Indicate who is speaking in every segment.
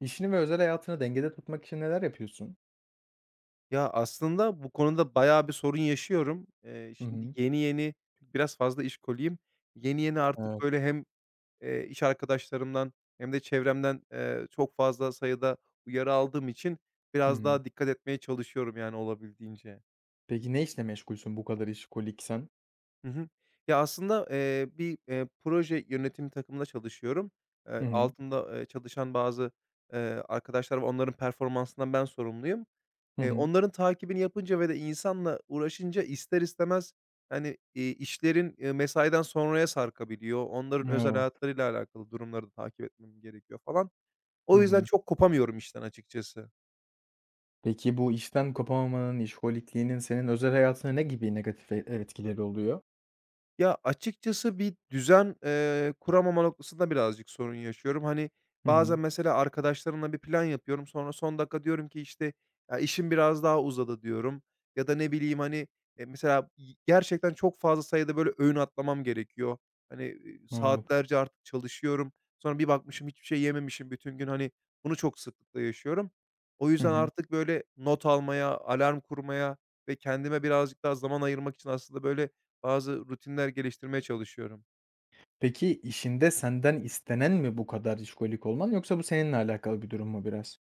Speaker 1: İşini ve özel hayatını dengede tutmak için neler yapıyorsun?
Speaker 2: Ya, aslında bu konuda bayağı bir sorun yaşıyorum.
Speaker 1: Hı
Speaker 2: Şimdi
Speaker 1: hı.
Speaker 2: yeni yeni biraz fazla işkoliyim. Yeni yeni artık
Speaker 1: Evet.
Speaker 2: böyle hem, iş arkadaşlarımdan hem de çevremden, çok fazla sayıda uyarı aldığım için
Speaker 1: Hı
Speaker 2: biraz
Speaker 1: hı.
Speaker 2: daha dikkat etmeye çalışıyorum, yani, olabildiğince.
Speaker 1: Peki ne işle meşgulsün bu kadar işkoliksen?
Speaker 2: Hı hı. Ya, aslında, bir, proje yönetimi takımında çalışıyorum.
Speaker 1: Hı hı.
Speaker 2: Altımda, çalışan bazı, eee, arkadaşlar var. Onların performansından ben sorumluyum.
Speaker 1: Hı hı.
Speaker 2: Onların takibini yapınca ve de insanla uğraşınca ister istemez, hani, işlerin, mesaiden sonraya sarkabiliyor. Onların özel
Speaker 1: Evet.
Speaker 2: hayatlarıyla alakalı durumları da takip etmem gerekiyor falan.
Speaker 1: Hı
Speaker 2: O yüzden
Speaker 1: hı.
Speaker 2: çok kopamıyorum işten açıkçası.
Speaker 1: Peki bu işten kopamamanın, işkolikliğinin senin özel hayatına ne gibi negatif etkileri oluyor?
Speaker 2: Ya, açıkçası bir düzen, kuramama noktasında birazcık sorun yaşıyorum. Hani,
Speaker 1: Hı hı.
Speaker 2: bazen mesela arkadaşlarımla bir plan yapıyorum. Sonra son dakika diyorum ki, işte, "Ya, işim biraz daha uzadı." diyorum ya da ne bileyim, hani, mesela gerçekten çok fazla sayıda böyle öğün atlamam gerekiyor. Hani,
Speaker 1: Evet.
Speaker 2: saatlerce artık çalışıyorum. Sonra bir bakmışım hiçbir şey yememişim bütün gün. Hani, bunu çok sıklıkla yaşıyorum. O
Speaker 1: Hı
Speaker 2: yüzden
Speaker 1: hı.
Speaker 2: artık böyle not almaya, alarm kurmaya ve kendime birazcık daha zaman ayırmak için aslında böyle, bazı rutinler geliştirmeye çalışıyorum.
Speaker 1: Peki işinde senden istenen mi bu kadar işkolik olman yoksa bu seninle alakalı bir durum mu biraz?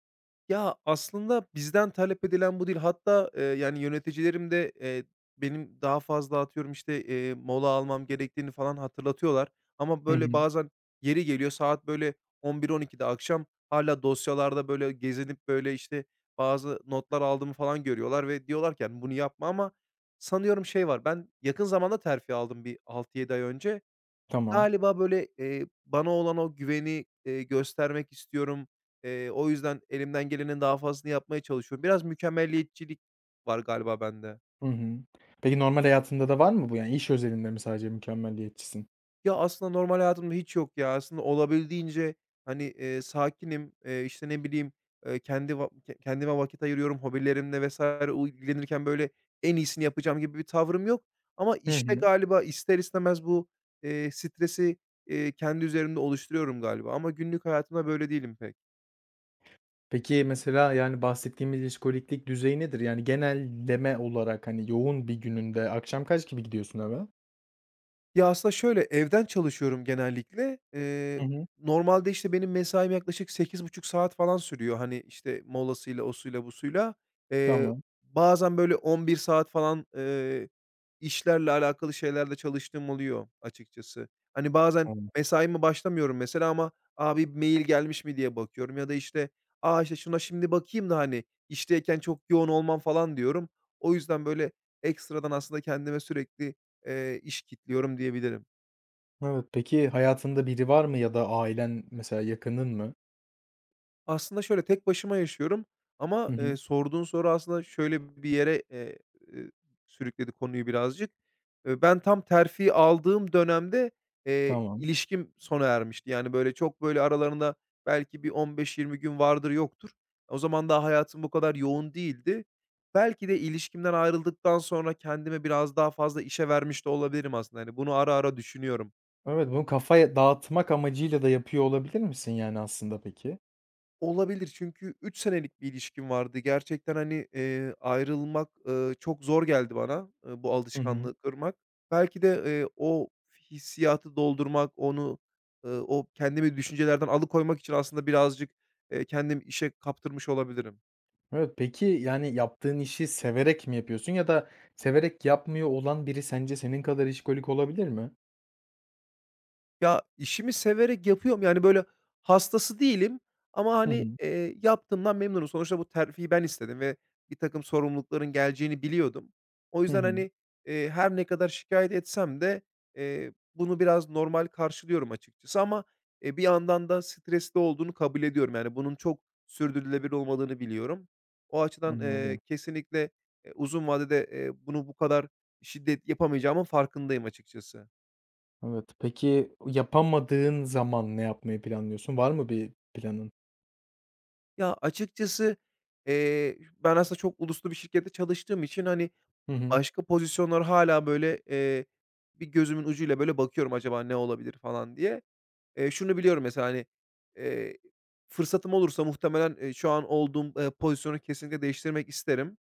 Speaker 2: Ya, aslında bizden talep edilen bu değil. Hatta, yani, yöneticilerim de, benim daha fazla atıyorum, işte, mola almam gerektiğini falan hatırlatıyorlar ama,
Speaker 1: Hı
Speaker 2: böyle,
Speaker 1: hı.
Speaker 2: bazen yeri geliyor saat, böyle, 11-12'de akşam hala dosyalarda, böyle, gezinip, böyle, işte, bazı notlar aldığımı falan görüyorlar ve diyorlar ki, hani, "Bunu yapma." ama sanıyorum şey var, ben yakın zamanda terfi aldım bir 6-7 ay önce.
Speaker 1: Tamam.
Speaker 2: Galiba, böyle, bana olan o güveni, göstermek istiyorum. O yüzden elimden gelenin daha fazlasını yapmaya çalışıyorum. Biraz mükemmeliyetçilik var galiba bende.
Speaker 1: Hı hı. Peki normal hayatında da var mı bu? Yani iş özelinde mi sadece mükemmeliyetçisin?
Speaker 2: Ya, aslında normal hayatımda hiç yok ya. Aslında olabildiğince, hani, sakinim. İşte, ne bileyim, kendi va ke kendime vakit ayırıyorum. Hobilerimle vs. İlgilenirken, böyle, en iyisini yapacağım gibi bir tavrım yok. Ama
Speaker 1: Hı
Speaker 2: işte
Speaker 1: hı.
Speaker 2: galiba ister istemez bu, stresi, kendi üzerimde oluşturuyorum galiba ama günlük hayatımda böyle değilim pek.
Speaker 1: Peki, mesela, yani, bahsettiğimiz işkoliklik düzeyi nedir? Yani, genelleme olarak, hani, yoğun bir gününde akşam kaç gibi gidiyorsun eve?
Speaker 2: Ya, aslında şöyle, evden çalışıyorum genellikle.
Speaker 1: Hı hı.
Speaker 2: Normalde, işte, benim mesaim yaklaşık 8,5 saat falan sürüyor. Hani, işte, molasıyla, osuyla, busuyla. Eee,
Speaker 1: Tamam.
Speaker 2: Bazen böyle 11 saat falan, işlerle alakalı şeylerde çalıştığım oluyor açıkçası. Hani, bazen
Speaker 1: Anladım.
Speaker 2: mesaime başlamıyorum mesela ama, "A, bir mail gelmiş mi?" diye bakıyorum ya da, işte, "A, işte, şuna şimdi bakayım da, hani, işteyken çok yoğun olmam." falan diyorum. O yüzden böyle ekstradan aslında kendime sürekli iş kitliyorum diyebilirim.
Speaker 1: Evet, peki hayatında biri var mı ya da ailen, mesela, yakının mı?
Speaker 2: Aslında şöyle, tek başıma yaşıyorum ama,
Speaker 1: Hı hı.
Speaker 2: sorduğun soru aslında şöyle bir yere, ııı, sürükledi konuyu birazcık. Ben tam terfi aldığım dönemde,
Speaker 1: Tamam.
Speaker 2: ilişkim sona ermişti. Yani, böyle, çok, böyle, aralarında belki bir 15-20 gün vardır yoktur. O zaman daha hayatım bu kadar yoğun değildi. Belki de ilişkimden ayrıldıktan sonra kendime biraz daha fazla işe vermiş de olabilirim aslında. Yani bunu ara ara düşünüyorum.
Speaker 1: Evet, bunu kafa dağıtmak amacıyla da yapıyor olabilir misin, yani, aslında peki?
Speaker 2: Olabilir çünkü 3 senelik bir ilişkim vardı. Gerçekten, hani, ayrılmak, çok zor geldi bana, bu
Speaker 1: Hı hı.
Speaker 2: alışkanlığı kırmak. Belki de, o hissiyatı doldurmak, onu, o kendimi düşüncelerden alıkoymak için aslında birazcık, kendimi işe kaptırmış olabilirim.
Speaker 1: Evet, peki, yani, yaptığın işi severek mi yapıyorsun ya da severek yapmıyor olan biri sence senin kadar işkolik olabilir mi?
Speaker 2: Ya, işimi severek yapıyorum. Yani, böyle, hastası değilim ama,
Speaker 1: Hı
Speaker 2: hani,
Speaker 1: hı.
Speaker 2: yaptığımdan memnunum. Sonuçta bu terfiyi ben istedim ve bir takım sorumlulukların geleceğini biliyordum. O
Speaker 1: Hı
Speaker 2: yüzden,
Speaker 1: hı.
Speaker 2: hani, her ne kadar şikayet etsem de, bunu biraz normal karşılıyorum açıkçası ama, bir yandan da stresli olduğunu kabul ediyorum. Yani, bunun çok sürdürülebilir olmadığını biliyorum. O açıdan,
Speaker 1: Anladım.
Speaker 2: kesinlikle, uzun vadede, bunu bu kadar şiddet yapamayacağımın farkındayım açıkçası.
Speaker 1: Evet. Peki, yapamadığın zaman ne yapmayı planlıyorsun? Var mı bir planın?
Speaker 2: Ya, açıkçası, ben aslında çok uluslu bir şirkette çalıştığım için, hani,
Speaker 1: Hı hı.
Speaker 2: başka pozisyonlar hala böyle, bir gözümün ucuyla böyle bakıyorum acaba ne olabilir falan diye. Şunu biliyorum mesela, hani, eee, fırsatım olursa muhtemelen, şu an olduğum, pozisyonu kesinlikle değiştirmek isterim.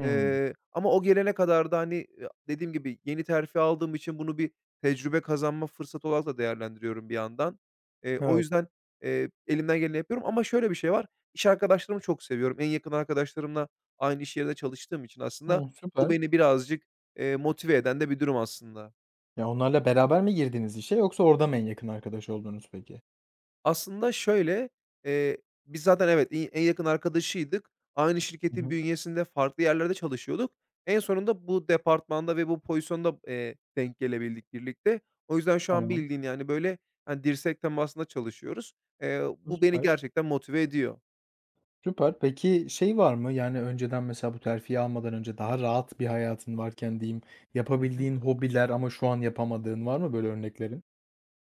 Speaker 1: Hımm.
Speaker 2: Ama o gelene kadar da, hani, dediğim gibi yeni terfi aldığım için bunu bir tecrübe kazanma fırsatı olarak da değerlendiriyorum bir yandan. O
Speaker 1: Evet.
Speaker 2: yüzden, elimden geleni yapıyorum ama şöyle bir şey var, iş arkadaşlarımı çok seviyorum. En yakın arkadaşlarımla aynı iş yerinde çalıştığım için aslında
Speaker 1: Hımm,
Speaker 2: bu
Speaker 1: süper.
Speaker 2: beni birazcık, motive eden de bir durum aslında.
Speaker 1: Ya, onlarla beraber mi girdiniz işe yoksa orada mı en yakın arkadaş oldunuz peki?
Speaker 2: Aslında şöyle, eee, biz zaten evet, en yakın arkadaşıydık. Aynı
Speaker 1: Hı
Speaker 2: şirketin
Speaker 1: hı.
Speaker 2: bünyesinde farklı yerlerde çalışıyorduk. En sonunda bu departmanda ve bu pozisyonda, denk gelebildik birlikte. O yüzden şu an
Speaker 1: Tamam.
Speaker 2: bildiğin, yani, böyle, hani, dirsek temasında çalışıyoruz. Bu beni
Speaker 1: Süper,
Speaker 2: gerçekten motive ediyor.
Speaker 1: süper. Peki, şey var mı? Yani, önceden mesela bu terfiyi almadan önce daha rahat bir hayatın varken diyeyim,
Speaker 2: Hı hı.
Speaker 1: yapabildiğin hobiler ama şu an yapamadığın var mı böyle örneklerin?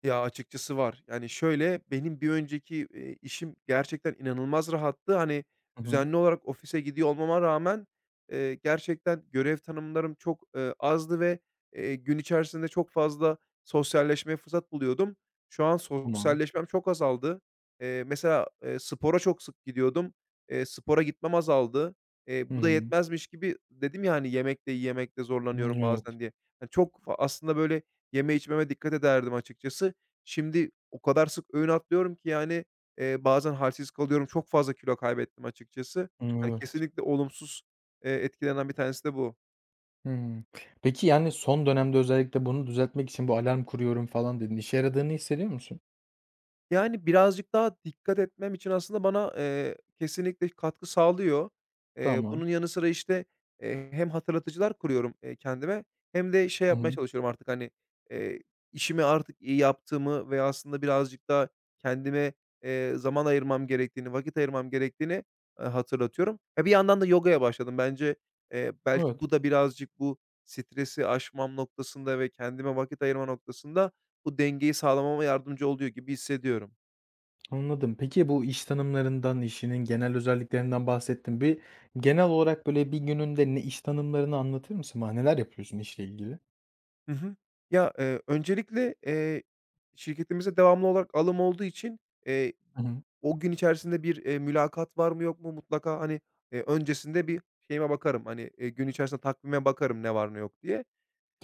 Speaker 2: Ya, açıkçası var. Yani, şöyle, benim bir önceki, işim gerçekten inanılmaz rahattı. Hani,
Speaker 1: Hı hı.
Speaker 2: düzenli olarak ofise gidiyor olmama rağmen, gerçekten görev tanımlarım çok, azdı ve, gün içerisinde çok fazla sosyalleşmeye fırsat buluyordum. Şu an
Speaker 1: Tamam.
Speaker 2: sosyalleşmem çok azaldı. Mesela, spora çok sık gidiyordum. Spora gitmem azaldı.
Speaker 1: Hı
Speaker 2: Bu da
Speaker 1: hı.
Speaker 2: yetmezmiş gibi dedim ya, hani, yemek de yemekte
Speaker 1: Hımm,
Speaker 2: zorlanıyorum
Speaker 1: evet.
Speaker 2: bazen diye. Hani, çok aslında, böyle, yeme içmeme dikkat ederdim açıkçası. Şimdi o kadar sık öğün atlıyorum ki yani, bazen halsiz kalıyorum. Çok fazla kilo kaybettim açıkçası. Yani
Speaker 1: Evet.
Speaker 2: kesinlikle olumsuz, etkilerinden bir tanesi de bu.
Speaker 1: Hımm. Peki, yani, son dönemde özellikle bunu düzeltmek için bu alarm kuruyorum falan dedin. İşe yaradığını hissediyor musun?
Speaker 2: Yani, birazcık daha dikkat etmem için aslında bana, kesinlikle katkı sağlıyor.
Speaker 1: Tamam.
Speaker 2: Bunun yanı sıra, işte, hem hatırlatıcılar kuruyorum, kendime hem de şey
Speaker 1: Hı
Speaker 2: yapmaya
Speaker 1: hı.
Speaker 2: çalışıyorum artık, hani, eee, işimi artık iyi yaptığımı ve aslında birazcık daha kendime, zaman ayırmam gerektiğini, vakit ayırmam gerektiğini, hatırlatıyorum. Bir yandan da yogaya başladım. Bence,
Speaker 1: Evet,
Speaker 2: belki bu da birazcık bu stresi aşmam noktasında ve kendime vakit ayırma noktasında bu dengeyi sağlamama yardımcı oluyor gibi hissediyorum.
Speaker 1: anladım. Peki, bu iş tanımlarından, işinin genel özelliklerinden bahsettin. Bir genel olarak, böyle, bir gününde ne iş tanımlarını anlatır mısın bana? Neler yapıyorsun işle ilgili?
Speaker 2: Hı hı. Ya, öncelikle, şirketimizde devamlı olarak alım olduğu için, eee,
Speaker 1: Hı hı.
Speaker 2: o gün içerisinde bir, mülakat var mı yok mu mutlaka, hani, öncesinde bir şeyime bakarım, hani, gün içerisinde takvime bakarım ne var ne yok diye.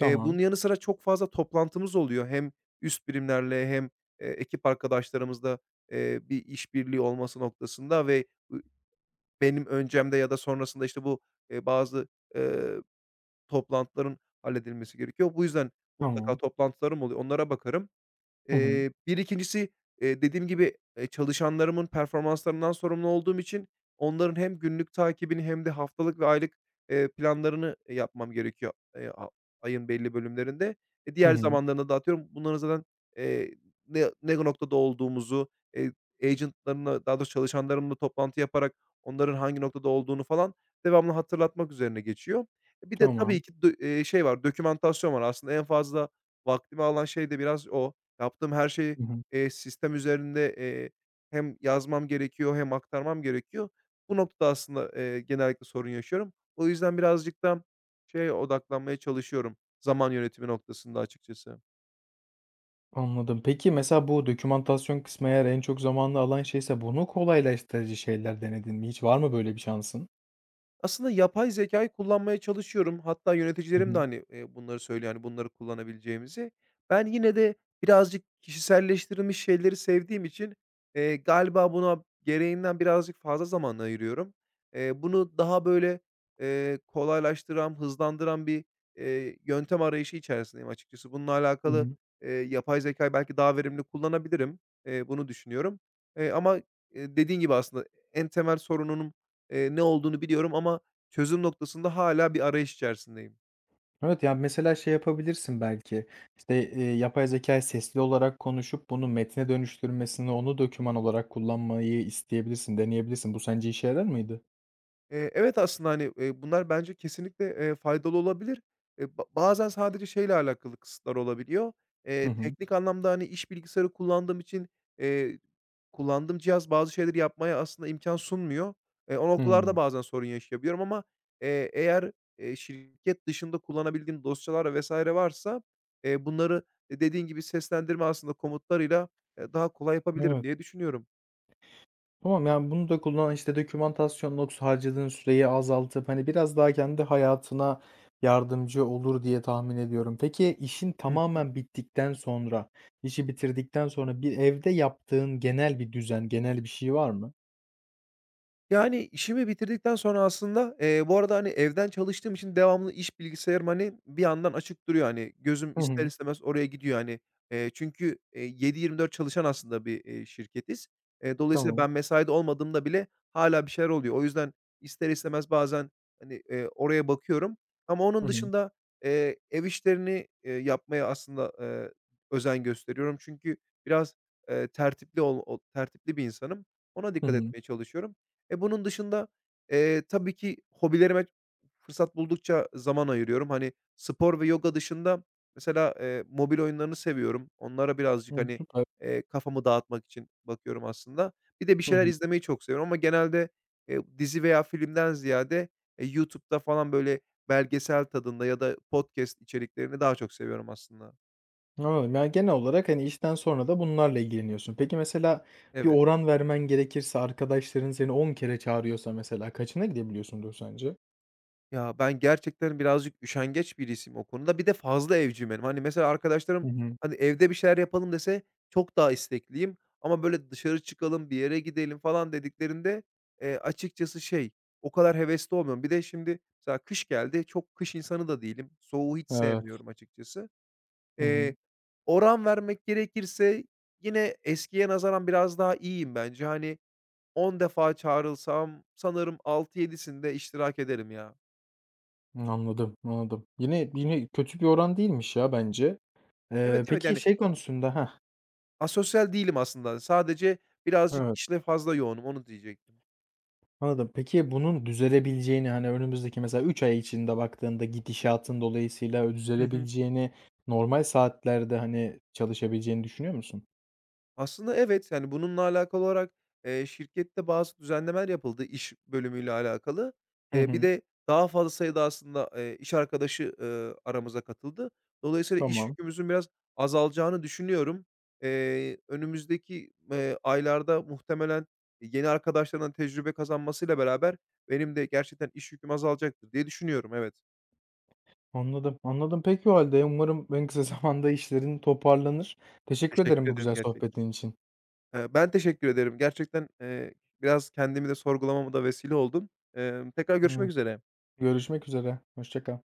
Speaker 2: Bunun yanı sıra çok fazla toplantımız oluyor. Hem üst birimlerle hem, ekip arkadaşlarımızla, bir işbirliği olması noktasında ve ı benim öncemde ya da sonrasında, işte, bu, bazı, eee Toplantıların halledilmesi gerekiyor. Bu yüzden mutlaka
Speaker 1: tamam.
Speaker 2: toplantılarım oluyor, onlara bakarım.
Speaker 1: Hı hı.
Speaker 2: Bir ikincisi, dediğim gibi, çalışanlarımın performanslarından sorumlu olduğum için onların hem günlük takibini hem de haftalık ve aylık, planlarını yapmam gerekiyor, ayın belli bölümlerinde.
Speaker 1: Hı
Speaker 2: Diğer
Speaker 1: hı.
Speaker 2: zamanlarına dağıtıyorum. Bunların zaten, eee, ne noktada olduğumuzu, eee, agent'larımla, daha doğrusu çalışanlarımla toplantı yaparak onların hangi noktada olduğunu falan devamlı hatırlatmak üzerine geçiyor. Bir de
Speaker 1: Tamam.
Speaker 2: tabii ki dö şey var, dokümantasyon var. Aslında en fazla vaktimi alan şey de biraz o. Yaptığım her şeyi,
Speaker 1: Hı hı.
Speaker 2: sistem üzerinde, hem yazmam gerekiyor hem aktarmam gerekiyor. Bu noktada aslında, genellikle sorun yaşıyorum. O yüzden birazcık da şeye odaklanmaya çalışıyorum zaman yönetimi noktasında açıkçası.
Speaker 1: Anladım. Peki, mesela bu dokümantasyon kısmı eğer en çok zamanını alan şeyse bunu kolaylaştırıcı şeyler denedin mi hiç? Var mı böyle bir şansın?
Speaker 2: Aslında yapay zeka'yı kullanmaya çalışıyorum. Hatta
Speaker 1: Hı
Speaker 2: yöneticilerim de,
Speaker 1: hı.
Speaker 2: hani, bunları söylüyor, yani bunları kullanabileceğimizi. Ben yine de birazcık kişiselleştirilmiş şeyleri sevdiğim için, galiba buna gereğinden birazcık fazla zaman ayırıyorum. Bunu daha böyle, kolaylaştıran, hızlandıran bir, yöntem arayışı içerisindeyim açıkçası. Bununla
Speaker 1: Hı
Speaker 2: alakalı,
Speaker 1: hı.
Speaker 2: yapay zeka'yı belki daha verimli kullanabilirim. Bunu düşünüyorum. Ama, dediğin gibi aslında en temel sorununun ne olduğunu biliyorum ama çözüm noktasında hâlâ bir arayış içerisindeyim.
Speaker 1: Evet ya, mesela şey yapabilirsin belki. İşte yapay zekâyı sesli olarak konuşup bunu metne dönüştürmesini, onu doküman olarak kullanmayı isteyebilirsin, deneyebilirsin. Bu sence işe yarar mıydı?
Speaker 2: Evet, aslında, hani, bunlar bence kesinlikle, faydalı olabilir. Bazen sadece şeyle alakalı kısıtlar olabiliyor.
Speaker 1: Hı hı.
Speaker 2: Teknik anlamda, hani, iş bilgisayarı kullandığım için, eee, kullandığım cihaz bazı şeyleri yapmaya aslında imkan sunmuyor. O noktalarda
Speaker 1: Hımm.
Speaker 2: bazen sorun yaşayabiliyorum ama, eğer şirket dışında kullanabildiğim dosyalar vesaire varsa, bunları, dediğin gibi seslendirme aslında komutlarıyla, daha kolay yapabilirim
Speaker 1: Evet.
Speaker 2: diye düşünüyorum.
Speaker 1: Tamam, yani, bunu da kullan, işte, dokümantasyonla harcadığın süreyi azaltıp, hani, biraz daha kendi hayatına yardımcı olur diye tahmin ediyorum. Peki işin
Speaker 2: Hı.
Speaker 1: tamamen bittikten sonra, işi bitirdikten sonra bir evde yaptığın genel bir düzen, genel bir şey var mı?
Speaker 2: Yani, işimi bitirdikten sonra aslında, bu arada, hani, evden çalıştığım için devamlı iş bilgisayarım, hani, bir yandan açık duruyor. Hani, gözüm
Speaker 1: Hı
Speaker 2: ister
Speaker 1: hı.
Speaker 2: istemez oraya gidiyor, hani. Çünkü, 7/24 çalışan aslında bir, şirketiz. Dolayısıyla
Speaker 1: Tamam.
Speaker 2: ben mesaide olmadığımda bile hala bir şeyler oluyor. O yüzden ister istemez bazen, hani, oraya bakıyorum ama
Speaker 1: Hı
Speaker 2: onun
Speaker 1: hı.
Speaker 2: dışında, ev işlerini, yapmaya aslında, özen gösteriyorum. Çünkü biraz, tertipli ol o tertipli bir insanım. Ona
Speaker 1: Hı
Speaker 2: dikkat
Speaker 1: hı.
Speaker 2: etmeye çalışıyorum. Bunun dışında, tabii ki hobilerime fırsat buldukça zaman ayırıyorum. Hani, spor ve yoga dışında mesela, mobil oyunlarını seviyorum. Onlara birazcık,
Speaker 1: Hımm,
Speaker 2: hani,
Speaker 1: süper.
Speaker 2: kafamı dağıtmak için bakıyorum aslında. Bir de bir
Speaker 1: Hı
Speaker 2: şeyler
Speaker 1: hı.
Speaker 2: izlemeyi çok seviyorum ama genelde, dizi veya filmden ziyade, YouTube'da falan böyle belgesel tadında ya da podcast içeriklerini daha çok seviyorum aslında.
Speaker 1: Anladım. Yani, genel olarak, hani, işten sonra da bunlarla ilgileniyorsun. Peki, mesela bir
Speaker 2: Evet.
Speaker 1: oran vermen gerekirse arkadaşların seni 10 kere çağırıyorsa mesela kaçına gidebiliyorsundur sence?
Speaker 2: Ya, ben gerçekten birazcık üşengeç birisiyim o konuda. Bir de fazla evciyim benim. Hani, mesela
Speaker 1: Hı
Speaker 2: arkadaşlarım,
Speaker 1: hı.
Speaker 2: hani, evde bir şeyler yapalım dese çok daha istekliyim ama böyle dışarı çıkalım, bir yere gidelim falan dediklerinde, açıkçası şey, o kadar hevesli olmuyorum. Bir de şimdi mesela kış geldi. Çok kış insanı da değilim. Soğuğu hiç
Speaker 1: Evet.
Speaker 2: sevmiyorum açıkçası.
Speaker 1: Hı hı.
Speaker 2: Eee, Oran vermek gerekirse yine eskiye nazaran biraz daha iyiyim bence. Hani, 10 defa çağrılsam sanırım altı yedisinde iştirak ederim ya.
Speaker 1: Anladım, anladım. Yine kötü bir oran değilmiş ya bence.
Speaker 2: Evet,
Speaker 1: Eee,
Speaker 2: evet,
Speaker 1: peki
Speaker 2: yani,
Speaker 1: şey konusunda ha.
Speaker 2: asosyal değilim aslında. Sadece birazcık
Speaker 1: Evet,
Speaker 2: işle fazla yoğunum, onu diyecektim.
Speaker 1: anladım. Peki bunun düzelebileceğini, hani, önümüzdeki mesela 3 ay içinde baktığında gidişatın dolayısıyla
Speaker 2: Hı hı.
Speaker 1: düzelebileceğini, normal saatlerde, hani, çalışabileceğini düşünüyor musun?
Speaker 2: Aslında evet, yani, bununla alakalı olarak, şirkette bazı düzenlemeler yapıldı iş bölümüyle alakalı.
Speaker 1: Hı
Speaker 2: Bir
Speaker 1: hı.
Speaker 2: de daha fazla sayıda aslında, iş arkadaşı, aramıza katıldı. Dolayısıyla iş
Speaker 1: Tamam.
Speaker 2: yükümüzün biraz azalacağını düşünüyorum. Önümüzdeki, aylarda muhtemelen yeni arkadaşlarından tecrübe kazanmasıyla beraber benim de gerçekten iş yüküm azalacaktır diye düşünüyorum. Evet.
Speaker 1: Anladım, anladım. Peki o halde umarım en kısa zamanda işlerin toparlanır. Teşekkür ederim
Speaker 2: Teşekkür
Speaker 1: bu
Speaker 2: ederim
Speaker 1: güzel
Speaker 2: gerçekten.
Speaker 1: sohbetin için.
Speaker 2: Ben teşekkür ederim. Gerçekten, biraz kendimi de sorgulamama da vesile oldun. Tekrar görüşmek
Speaker 1: Evet.
Speaker 2: üzere.
Speaker 1: Görüşmek üzere. Hoşça kal.